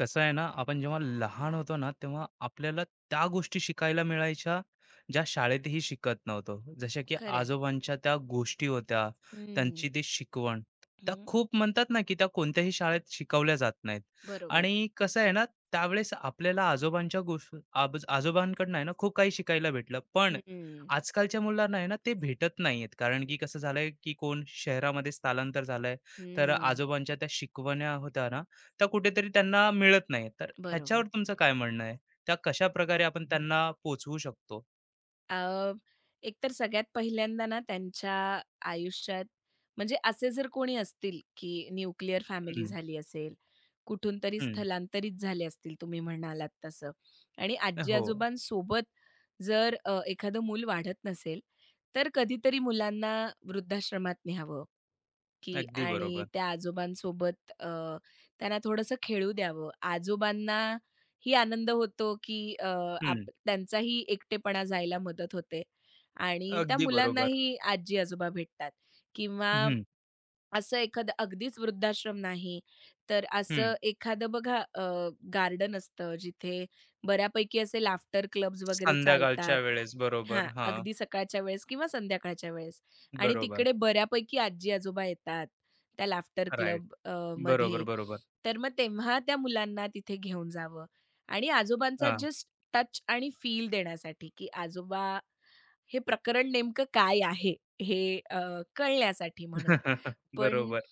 कसं आहे ना आपण जेव्हा लहान होतो ना तेव्हा आपल्याला त्या गोष्टी शिकायला मिळायच्या ज्या शाळेतही शिकत नव्हतो जशा की खरं आहे. आजोबांच्या त्या गोष्टी होत्या हं, त्यांची ती शिकवण त्या खूप म्हणतात ना की त्या कोणत्याही शाळेत शिकवल्या जात नाहीत बरोबर. आणि कसं आहे ना त्यावेळेस आपल्याला आजोबांच्या आजोबांकडनं आहे ना खूप काही शिकायला भेटलं पण हं, आजकालच्या मुलांना आहे ना ते भेटत नाहीयेत कारण की कसं झालंय की कोण शहरामध्ये स्थलांतर झालंय तर हं. आजोबांच्या त्या शिकवण्या होत्या ना त्या कुठेतरी त्यांना मिळत नाही. तर ह्याच्यावर बरोबर. तुमचं काय म्हणणं आहे? त्या कशाप्रकारे आपण त्यांना पोहोचवू शकतो? अ, एकतर सगळ्यात पहिल्यांदा ना त्यांच्या आयुष्यात म्हणजे असे जर कोणी असतील, की न्यूक्लिअर फॅमिली हं, झाली असेल, कुठून तरी हं. स्थलांतरित झाले असतील तुम्ही म्हणालात तसं आणि हो, आजी-आजोबांसोबत जर एखादं मूल वाढत नसेल, तर कधीतरी मुलांना वृद्धाश्रमात न्यावं की अगदी आणि बरोबर. त्या आजोबांसोबत त्यांना थोडंसं खेळू द्यावं. आजोबांना ही आनंद होतो, की हं, त्यांचाही एकटेपणा जायला मदत होते आणि त्या अगदी बरोबर. मुलांनाही आजी-आजोबा भेटतात किंवा हं, असं एखादं अगदीच वृद्धाश्रम नाही, तर हं. असं एखादं बघा गार्डन असतं जिथे बऱ्यापैकी असे लाफ्टर क्लब्स वगैरे संध्याकाळच्या चालतात. वेळेस बरोबर. हां, हां, अगदी सकाळच्या वेळेस किंवा संध्याकाळच्या वेळेस आणि बरोबर. तिकडे बऱ्यापैकी आजी-आजोबा येतात त्या लाफ्टर राइट. क्लब बरोबर, मध्ये. बरोबर. तर मग तेव्हा त्या मुलांना तिथे घेऊन जावं आणि आजोबांचा हां. जस्ट टच आणि फील देण्यासाठी, की आजोबा हे प्रकरण नेमकं काय आहे हे कळण्यासाठी म्हणून. पण बरोबर.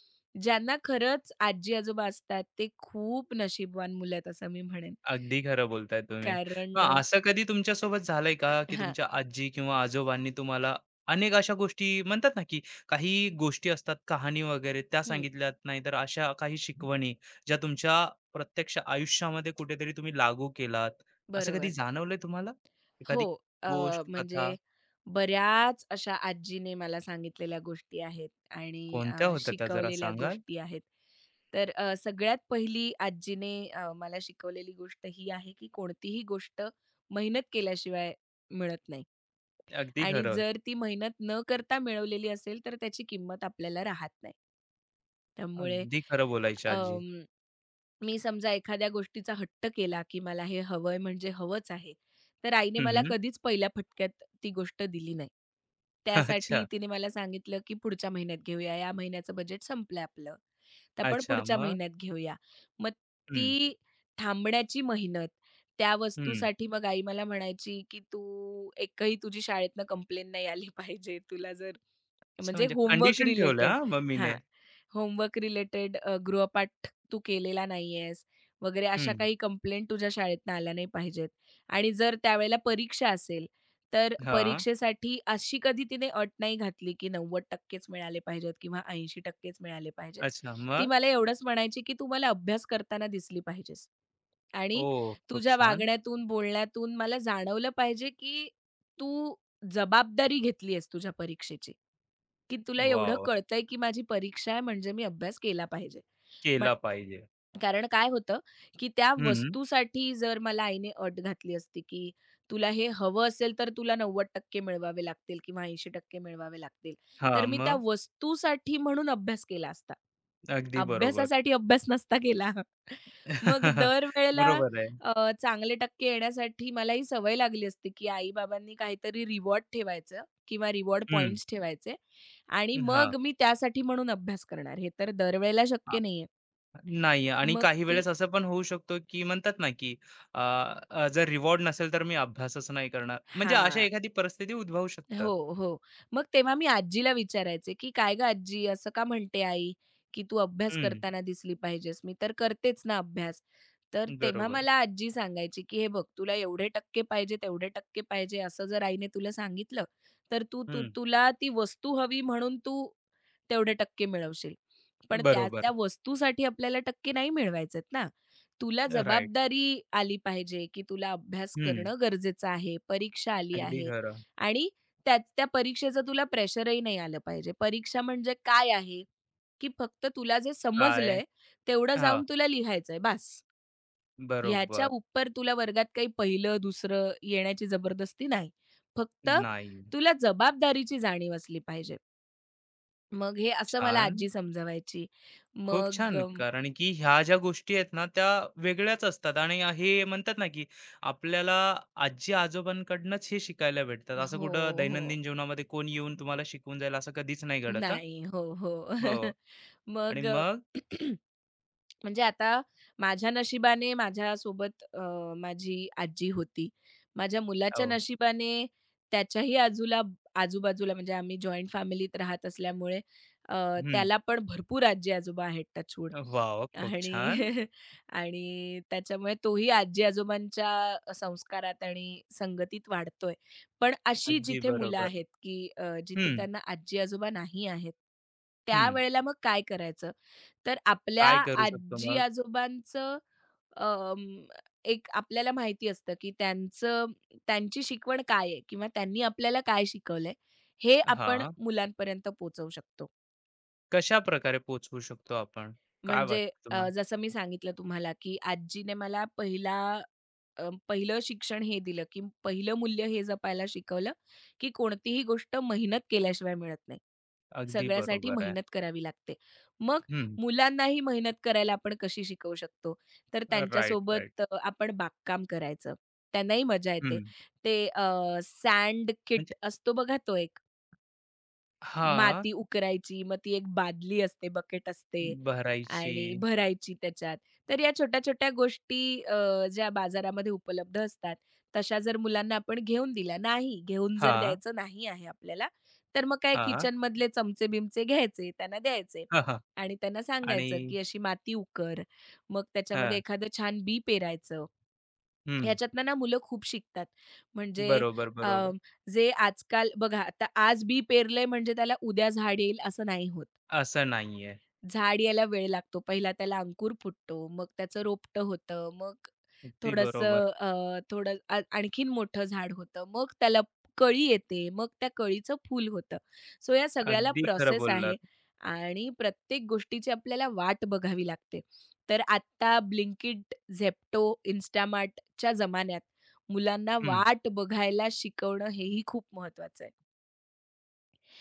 ज्यांना खरंच आजी-आजोबा असतात ते खूप नशीबवान मुलं आहेत असं मी म्हणेन. अगदी खरं बोलताय तुम्ही. कारण मग असं कधी तुमच्यासोबत झालंय का, की हां, तुमच्या आजी किंवा आजोबांनी तुम्हाला अनेक अशा गोष्टी म्हणतात ना, की काही गोष्टी असतात, कहाणी वगैरे त्या हं, सांगितल्यात, नाहीतर अशा काही शिकवणी ज्या तुमच्या प्रत्यक्ष आयुष्यामध्ये कुठेतरी तुम्ही लागू केलात, असं कधी बरोबर. जाणवलंय तुम्हाला? हो, एखादी अ, गोष्ट, म्हणजे कथा बऱ्याच अशा आजीने मला सांगितलेल्या गोष्टी आहेत आणि कोणत्या होत्या त्या जरा शिकवलेल्या सांगाल? गोष्टी आहेत. तर सगळ्यात पहिली आजीने मला शिकवलेली गोष्ट ही आहे, की कोणतीही गोष्ट मेहनत केल्याशिवाय मिळत नाही. अगदी आणि खरं, जर ती मेहनत न करता मिळवलेली असेल, तर त्याची किंमत आपल्याला राहत नाही. त्यामुळे अगदी खरं बोलायची आजी. अं, मी समजा एखाद्या गोष्टीचा हट्ट केला, की मला हे हवंय म्हणजे हवंच आहे, तर आईने मला हं. कधीच पहिल्या फटक्यात ती गोष्ट दिली नाही. त्यासाठी अच्छा, तिने मला सांगितलं, की पुढच्या महिन्यात घेऊया, या महिन्याचं बजेट संपलंय आपलं, तर आपण अच्छा. पुढच्या मग? महिन्यात घेऊया. मग हं, ती थांबण्याची मेहनत त्या हं. वस्तूसाठी मग आई मला म्हणायची, की "तू एकही तुझी शाळेतनं कंप्लेन नाही आली पाहिजे. तुला जर अच्छा म्हणजे म्हणजे होमवर्क कंडिशन ठेवल्या रिलेटेड. हां मम्मीने. हां. होमवर्क रिलेटेड गृहपाठ तू केलेला नाहीयेस वगैरे अशा हं. काही कंप्लेंट तुझ्या शाळेतनं आल्या नाही पाहिजेत. आणि जर त्यावेळेला परीक्षा असेल, तर हां. परीक्षेसाठी अशी कधी तिने अट नाही घातली, की 90% मिळाले पाहिजेत किंवा 80% मिळाले पाहिजेत. अच्छा ती मग? मला एवढंच म्हणायची, की "तू मला अभ्यास करताना दिसली पाहिजेस." आणि ओह! खूप तुझ्या छान. वागण्यातून, बोलण्यातून मला जाणवलं पाहिजे, की तू जबाबदारी घेतली आहेस तुझ्या परीक्षेची, की तुला एवढं वॉव! कळतंय की माझी परीक्षा आहे म्हणजे मी अभ्यास केला पाहिजे. मग केला पाहिजे. कारण काय होतं, की त्या हं. वस्तूसाठी जर मला आईने अट घातली असती, की तुला हे हवं असेल तर तुला 90% मिळवावे लागतील किंवा 80% मिळवावे लागतील. हां. तर मी त्या मग? वस्तूसाठी म्हणून अभ्यास केला असता. अगदी बरोबर. अभ्यासासाठी अभ्यास नसता केला. मग दरवेळेला बरोबर आहे. चांगले टक्के येण्यासाठी मला ही सवय लागली असते, की आई-बाबांनी काहीतरी रिवॉर्ड ठेवायचं किंवा रिवॉर्ड हं. पॉइंट्स ठेवायचे आणि हां. मग मी त्यासाठी म्हणून अभ्यास करणार. हे तर दरवेळेला आ शक्य नाहीये. नाही आणि मग काही ती वेळेस असं पण होऊ शकतो, की म्हणतात ना, की अ, अ, जर रिवॉर्ड नसेल तर मी अभ्यासच नाही करणार. म्हणजे अशा हां. एखादी परिस्थिती उद्भवू शकतात. हो, हो. मग तेव्हा मी आजीला विचारायचे, की "काय गं आजी, असं का म्हणते आई, की तू अभ्यास हं. करताना दिसली पाहिजेस." मी तर करतेच ना अभ्यास. तर तेव्हा बरोबर. मला आजी सांगायची, की "हे बघ, तुला एवढे टक्के पाहिजे, तेवढे टक्के पाहिजे, असं जर आईने तुला सांगितलं, तर तू तू हं. तुला ती वस्तू हवी म्हणून तू तेवढे टक्के मिळवशील. पण त्या बरोबर. त्या वस्तूसाठी आपल्याला टक्के नाही मिळवायचेत ना. तुला राइट. जबाबदारी आली पाहिजे, की तुला अभ्यास हं. करणं गरजेचं आहे, परीक्षा आली अगदी आहे खरं. आणि त्यात त्या परीक्षेचं तुला प्रेशरही नाही आलं पाहिजे. परीक्षा म्हणजे काय आहे, की फक्त तुला जे काय? समजलंय तेवढं हां. जाऊन तुला लिहायचंय बास. ह्याच्या बरोबर. उपर तुला वर्गात काही पहिलं, दुसरं येण्याची जबरदस्ती नाही. फक्त नाही. तुला जबाबदारीची जाणीव असली पाहिजे. मग हे असं मला छान. आजी समजवायची. खूप मग छान. कारण की ह्या ज्या गोष्टी आहेत ना, त्या वेगळ्याच असतात आणि हे म्हणतात ना, की आपल्याला आजी-आजोबांकडनंच हे शिकायला भेटतात. असं हो, कुठं हो. दैनंदिन जीवनामध्ये कोण येऊन तुम्हाला शिकवून जाईल असं कधीच नाही घडत हां. नाही. हो, हो. हो आणि मग मग म्हणजे आता माझ्या नशिबाने माझ्यासोबत माझी आजी होती. माझ्या मुलाच्या हो. नशिबाने त्याच्याही आजूबाजूला म्हणजे आम्ही जॉइंट फॅमिलीत राहत असल्यामुळे अ, हं. त्याला पण भरपूर आजी-आजोबा आहेत टचवूड वॉव! खूप आणि छान. आणि त्याच्यामुळे तोही आजी-आजोबांच्या संस्कारात आणि संगतीत वाढतोय. पण अशी अगदी जिथे मुलं बरोबर. आहेत, की जिथे हं, त्यांना आजी-आजोबा नाही आहेत, हं. त्यावेळेला मग काय करायचं? तर आपल्या काय करू शकतो मग? आजी-आजोबांचं अं, एक आपल्याला माहिती असतं, की त्यांची शिकवण काय आहे किंवा त्यांनी आपल्याला काय शिकवलंय, हे आपण हां. मुलांपर्यंत पोहोचवू शकतो. कशाप्रकारे पोहोचवू शकतो आपण? काय म्हणजे वाटतं तुम्हाला? जसं मी सांगितलं तुम्हाला, की आजीने मला पहिलं शिक्षण हे दिलं, की पहिलं मूल्य हे जपायला शिकवलं, की कोणतीही गोष्ट मेहनत केल्याशिवाय मिळत नाही. अगदी सगळ्यासाठी बरोबर आहे. मेहनत करावी लागते. मग हं. मुलांनाही मेहनत करायला आपण कशी शिकवू शकतो? तर राइट, राइट. त्यांच्यासोबत आपण बागकाम करायचं. त्यांनाही मजा येते. हं. ते सँड म्हणजे किट असतो बघा तो एक. हां. माती उकरायची, मग ती एक बादली असते, बकेट असते भरायची. आणि भरायची त्याच्यात. तर या छोट्या-छोट्या गोष्टी ज्या बाजारामध्ये उपलब्ध असतात, तशा जर मुलांना आपण घेऊन दिल्या नाही, घेऊन जर हां, द्यायचं नाही आहे आपल्याला, तर मग काय हां, किचनमधले चमचे-बिमचे घ्यायचे, त्यांना द्यायचे हां, हां. आणि त्यांना आणि सांगायचं, की अशी माती उकर. मग त्याच्यामध्ये हां, एखादं छान बी पेरायचं हं. ह्याच्यातनं ना मुलं खूप शिकतात. म्हणजे बरोबर, अ, बरोबर. जे आजकाल बघा आता आज बी पेरलंय म्हणजे त्याला उद्या झाड येईल असं नाही होत. असं नाहीये. झाड यायला वेळ लागतो. पहिला त्याला अंकुर फुटतो, मग त्याचं रोपटं होतं, मग अगदी बरोबर. थोडं आणखीन मोठं झाड होतं, मग त्याला कळी येते, मग त्या कळीचं फूल होतं. सो या सगळ्याला अगदी खरं प्रोसेस बोललात. आहे आणि प्रत्येक गोष्टीची आपल्याला वाट बघावी लागते. तर आत्ता Blinkit, Zepto, Instamartच्या जमान्यात मुलांना हं. वाट बघायला शिकवणं हेही खूप महत्वाचं आहे.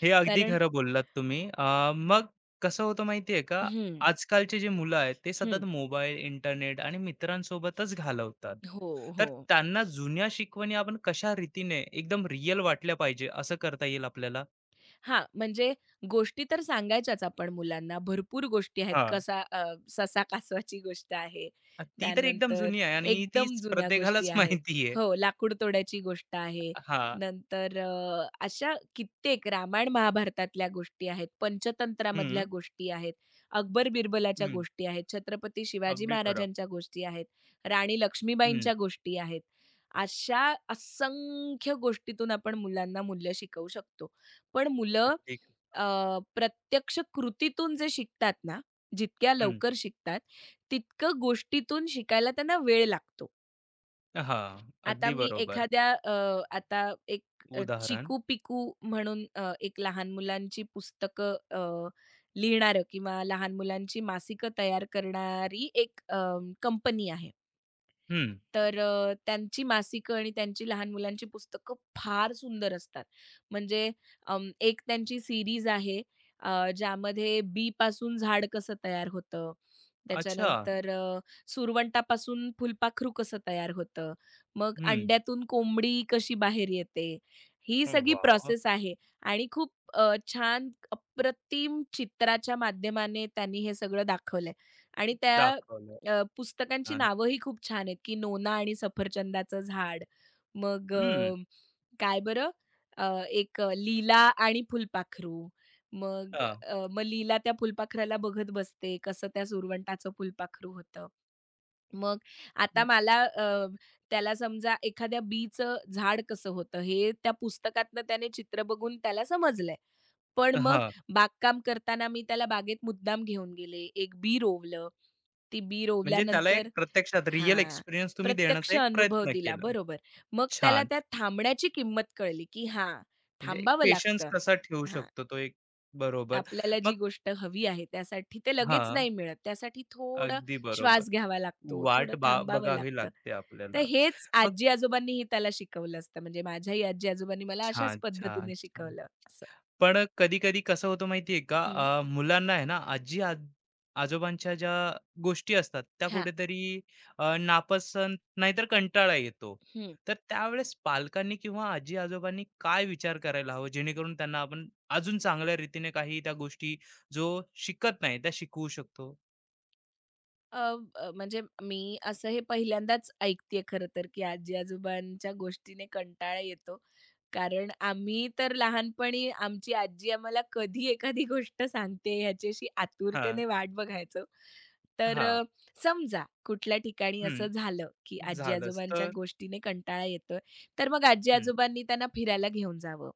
हे अगदी कारण खरं बोललात तुम्ही. मग कसं होतं माहितीये का, हं, आजकालची जी मुलं आहेत, ते सतत हं. मोबाईल, इंटरनेट आणि मित्रांसोबतच घालवतात. हो, तर हो. त्यांना जुन्या शिकवणी आपण कशा रीतीने एकदम रिअल वाटल्या पाहिजे, असं करता येईल आपल्याला? हा म्हणजे गोष्टी तर सांगायच्याच आपण मुलांना. भरपूर गोष्टी आहेत. हां. ससा कासवाची गोष्ट आहे. ती तर एकदम त्यानंतर जुनी आहे आणि एकदम तीच जुन्या गोष्टी प्रत्येकालाच आहेत. माहिती आहे. हो, लाकूड तोड्याची गोष्ट आहे. हां. नंतर अशा कित्येक रामायण महाभारतातल्या गोष्टी आहेत. पंचतंत्रामधल्या हं, गोष्टी आहेत. अकबर बिरबलाच्या हं. गोष्टी आहेत. छत्रपती शिवाजी अगदी खरं. महाराजांच्या गोष्टी आहेत. राणी हं, लक्ष्मीबाईंच्या गोष्टी आहेत. अशा असंख्य गोष्टीतून आपण मुलांना मूल्य शिकवू शकतो. पण मुलं अगदी अ, प्रत्यक्ष कृतीतून जे शिकतात ना, जितक्या हं. लवकर शिकतात, तितकं गोष्टीतून शिकायला त्यांना वेळ लागतो. हां, आता अगदी मी बरोबर. एखाद्या अ, आता एक उदाहरण. चिकू-पिकू म्हणून एक लहान मुलांची पुस्तकं लिहिणारं किंवा लहान मुलांची मासिकं तयार करणारी एक कंपनी आहे. हं. तर त्यांची मासिकं आणि त्यांची लहान मुलांची पुस्तकं फार सुंदर असतात. म्हणजे एक त्यांची सीरीज आहे अ, ज्यामध्ये बीपासून झाड कसं तयार होतं, अच्छा. त्याच्यानंतर सुरवंटापासून फुलपाखरू कसं तयार होतं, मग हं. अंड्यातून कोंबडी कशी बाहेर येते, ही सगळी वाह! प्रोसेस आहे आणि खूप छान अप्रतिम चित्राच्या माध्यमाने त्यांनी हे सगळं दाखवलंय आणि त्या दाखवलं. पुस्तकांची छान. नावंही खूप छान आहेत, की नोना आणि सफरचंदाचं झाड. मग हं. काय बरं एक लीला आणि फुलपाखरू. हां. मग लीला त्या फुलपाखराला बघत बसते, कसं त्या सुरवंटाचं फुलपाखरू होतं. मग आता हं, मला अ, त्याला समजा एखाद्या बीचं झाड कसं होतं, हे त्या पुस्तकातनं त्याने चित्र बघून त्याला समजलंय. पण मग हां. बागकाम करताना मी त्याला बागेत मुद्दाम घेऊन गेले. एक बी रोवलं. ती बी म्हणजे त्याला एक रोवल्यानंतर प्रत्यक्षात रिअल हां, एक्सपिरियन्स तुम्ही देण्याचा प्रत्यक्ष एक अनुभव प्रयत्न दिला केला. बरोबर. मग त्याला छान. त्या थांबण्याची किंमत कळली, की हां, म्हणजे एक थांबावं पेशन्स लागतं. कसा ठेवू हां, शकतो तो एक बरोबर. आपल्याला मग जी गोष्ट हवी आहे त्यासाठी ते लगेच हां, नाही मिळत. त्यासाठी थोडं अगदी बरोबर. श्वास घ्यावा लागतो, थोडं वाट बा थांबावं बघावी लागतं. लागते तर आपल्याला. हेच मग आजी-आजोबांनीही त्याला शिकवलं असतं. म्हणजे माझ्याही आजी-आजोबांनी मला अशाच छान, छान, पद्धतीने छान. शिकवलं असं. पण कधी-कधी कसं होतं माहिती आहे का? हं, मुलांना आहे ना, आजी आज आजोबांच्या ज्या गोष्टी असतात, त्या हां, कुठेतरी नापसंत नाहीतर कंटाळा येतो. तर त्यावेळेस पालकांनी किंवा आजी-आजोबांनी काय विचार करायला हवं, जेणेकरून त्यांना आपण अजून चांगल्या रीतीने काही त्या गोष्टी जो शिकत नाही, त्या शिकवू शकतो? अ, अ, म्हणजे मी असं हे पहिल्यांदाच ऐकतेय खरं तर, की आजी-आजोबांच्या गोष्टीने कंटाळा येतो. कारण आम्ही तर लहानपणी आमची आजी आम्हाला कधी एखादी गोष्ट सांगते ह्याची अशी हां, आतुरतेने वाट बघायचो. तर हां. समजा कुठल्या ठिकाणी हं. असं झालं, की झालंच आजी-आजोबांच्या तर गोष्टीने कंटाळा येतोय, तर मग हं. आजी-आजोबांनी त्यांना फिरायला घेऊन जावं.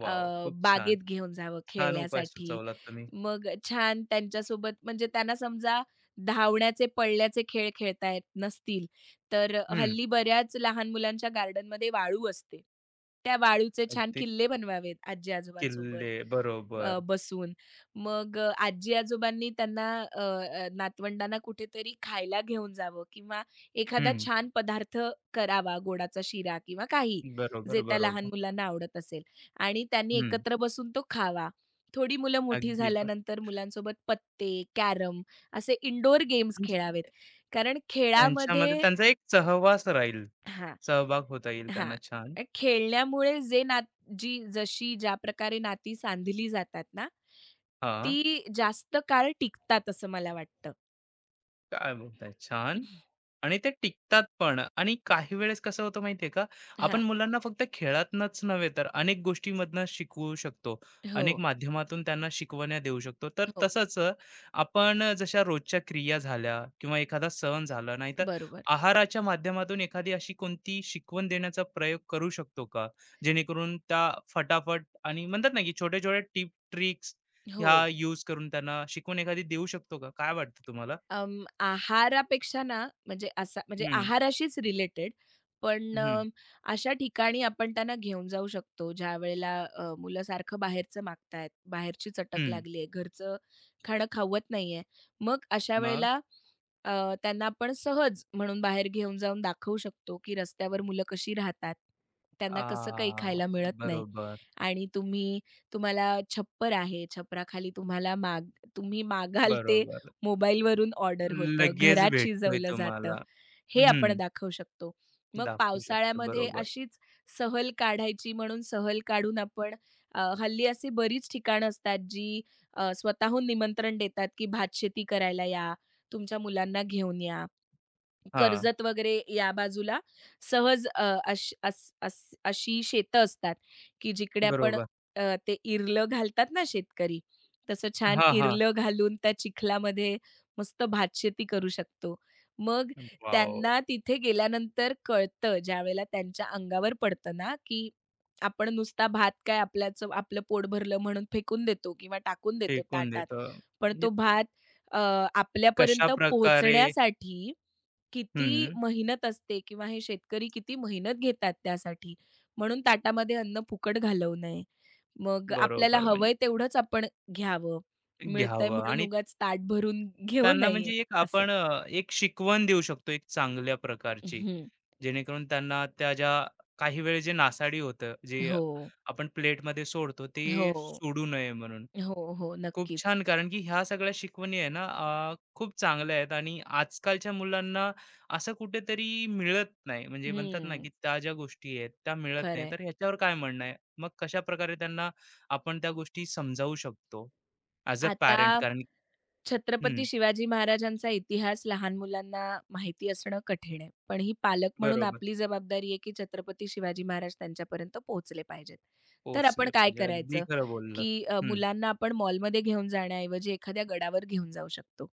वॉव! खूप छान. बागेत घेऊन जावं छान उपाय खेळण्यासाठी. सुचवलात तुम्ही. मग छान त्यांच्यासोबत म्हणजे त्यांना समजा धावण्याचे, पळण्याचे खेळ खेळता येत नसतील, तर हं. हल्ली बऱ्याच लहान मुलांच्या गार्डनमध्ये वाळू असते. त्या वाळूचे छान अगदी किल्ले बनवावेत आजी-आजोबांसोबत किल्ले. बरोबर. बसून. मग आजी-आजोबांनी त्यांना अ, अ, नातवंडांना कुठेतरी खायला घेऊन जावं किंवा एखादा हं. छान पदार्थ करावा, गोडाचा शिरा किंवा काही, बरोबर, जे त्या लहान बरोबर. मुलांना आवडत असेल आणि त्यांनी हं. एकत्र बसून तो खावा. थोडी मुलं मोठी अगदी बरोबर. झाल्यानंतर मुलांसोबत पत्ते, कॅरम असे इनडोअर गेम्स म्हणजे खेळावेत. कारण त्यांच्यामध्ये खेळामध्ये त्यांचा एक सहवास राहील. हां. सहभाग होता येईल हां. त्यांना छान. खेळण्यामुळे जे नात जी जशी ज्या प्रकारे नाती सांधली जातात ना, हां. ती जास्त काळ टिकतात असं मला वाटतं. काय बोलताय? छान. आणि ते टिकतात पण आणि काही वेळेस कसं होतं माहितीये का? आपण हां. मुलांना फक्त खेळातनच नव्हे तर अनेक गोष्टींमधनं शिकवू शकतो. हो, अनेक माध्यमातून त्यांना शिकवण्या देऊ शकतो. तर हो. तसंच आपण जशा रोजच्या क्रिया झाल्या किंवा एखादा सण झाला, नाहीतर बरोबर. आहाराच्या माध्यमातून एखादी अशी कोणती शिकवण देण्याचा प्रयोग करू शकतो का? जेणेकरून त्या फटाफट आणि म्हणतात ना, की छोटे-छोटे टिप, ट्रिक्स हो. ह्या यूज करून त्यांना शिकवण एखादी देऊ शकतो का? काय वाटतं तुम्हाला? आहारापेक्षा ना म्हणजे असा म्हणजे हं. आहाराशीच रिलेटेड पण हं, अशा ठिकाणी आपण त्यांना घेऊन जाऊ शकतो ज्या वेळेला मुलं सारखं बाहेरचं मागतायत बाहेरची चटक हं. लागली आहे घरचं खाणं खावत नाहीये मग अशा मग वेळेला त्यांना आपण सहज म्हणून बाहेर घेऊन जाऊन दाखवू शकतो की रस्त्यावर मुलं कशी राहतात त्यांना कसं काही आ, खायला मिळत नाही बरोबर, आणि तुम्हाला छप्पर आहे छपराखाली तुम्हाला माग तुम्ही मागाल ते बरोबर. मोबाईलवरून ऑर्डर होतं, लगेच घरात भेटतोय शिजवलं जातं, तुम्हाला. हे आपण हं, दाखवू शकतो. मग दाखवू शकतो. पावसाळ्यामध्ये बरोबर. अशीच सहल काढायची म्हणून सहल काढून आपण हल्ली अशी बरीच ठिकाणं असतात जी स्वतःहून निमंत्रण देतात, की भातशेती करायला या, तुमच्या मुलांना घेऊन या. हां, कर्जत वगैरे या बाजूला सहज अ, अश अस अस अशी शेतं असतात, की जिकडे आपण बरोबर. ते इरलं घालतात ना शेतकरी, तसं छान हां, हां. इरलं घालून त्या चिखलामध्ये मस्त भातशेती करू शकतो. मग वॉव! त्यांना तिथे गेल्यानंतर कळतं, ज्यावेळेला त्यांच्या अंगावर पडतं ना, की आपण नुसता भात काय आपल्याच आपलं पोट भरलं म्हणून फेकून देतो किंवा टाकून देतो फेकून ताटात. देतो. पण म्हणजे तो भात अ, आपल्यापर्यंत कशाप्रकारे पोहोचण्यासाठी किती हं, मेहनत असते किंवा हे शेतकरी किती मेहनत घेतात त्यासाठी. म्हणून ताटामध्ये अन्न फुकट घालवू नये. मग आपल्याला बरोबर. म्हणजे हवंय तेवढंच आपण घ्यावं. मिळतंय घ्यावं म्हणून आणि उगाच ताट भरून घेऊ त्यांना नये म्हणजे एक असं. आपण एक शिकवण देऊ शकतो एक चांगल्या प्रकारची. हं. जेणेकरून त्यांना त्या ज्या काही वेळेस जे नासाडी होतं, जे हो. आपण प्लेटमध्ये सोडतो ते हो. सोडू नये म्हणून. हो, हो. खूप नक्कीच. छान. कारण की ह्या सगळ्या शिकवणी आहे ना खूप चांगल्या आहेत आणि आजकालच्या मुलांना असं कुठेतरी मिळत नाही. म्हणजे म्हणतात ना, हं. की त्या ज्या गोष्टी आहेत त्या मिळत नाही. खरंय. तर ह्याच्यावर काय म्हणणं आहे? मग कशा प्रकारे त्यांना आपण त्या गोष्टी समजावू शकतो ॲज अ आता पॅरेंट? कारण छत्रपती हं, शिवाजी महाराजांचा इतिहास लहान मुलांना माहिती असणं कठीण आहे. पण ही पालक म्हणून बरोबर. आपली जबाबदारी आहे, की छत्रपती शिवाजी महाराज त्यांच्यापर्यंत पोहोचले पाहिजेत. तर आपण पोहोचले काय पाहिजे. अगदी करायचं, खरं बोललात. की हं. मुलांना आपण मॉलमध्ये घेऊन जाण्याऐवजी एखाद्या गडावर घेऊन जाऊ शकतो.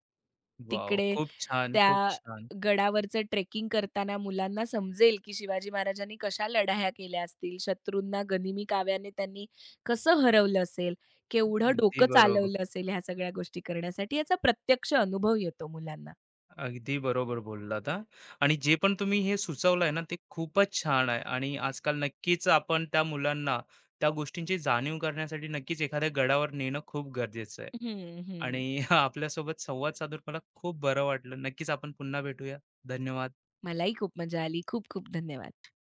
वॉव! तिकडे खूप छान, खूप त्या छान. गडावरचं ट्रेकिंग करताना मुलांना समजेल, की शिवाजी महाराजांनी कशा लढाया केल्या असतील, शत्रूंना गनिमी काव्याने त्यांनी कसं हरवलं असेल केवढं अगदी डोकं बरोबर. चालवलं असेल ह्या सगळ्या गोष्टी करण्यासाठी याचा प्रत्यक्ष अनुभव येतो मुलांना. अगदी बरोबर बोललात हां. आणि जे पण तुम्ही हे सुचवलंय ना, ते खूपच छान आहे आणि आजकाल नक्कीच आपण त्या मुलांना त्या गोष्टींची जाणीव करण्यासाठी नक्कीच एखाद्या गडावर नेणं खूप गरजेचं आहे. हं, हं. आणि आपल्यासोबत संवाद साधून मला खूप बरं वाटलं. नक्कीच आपण पुन्हा भेटूया. धन्यवाद. मलाही खूप मजा आली. खूप खूप धन्यवाद.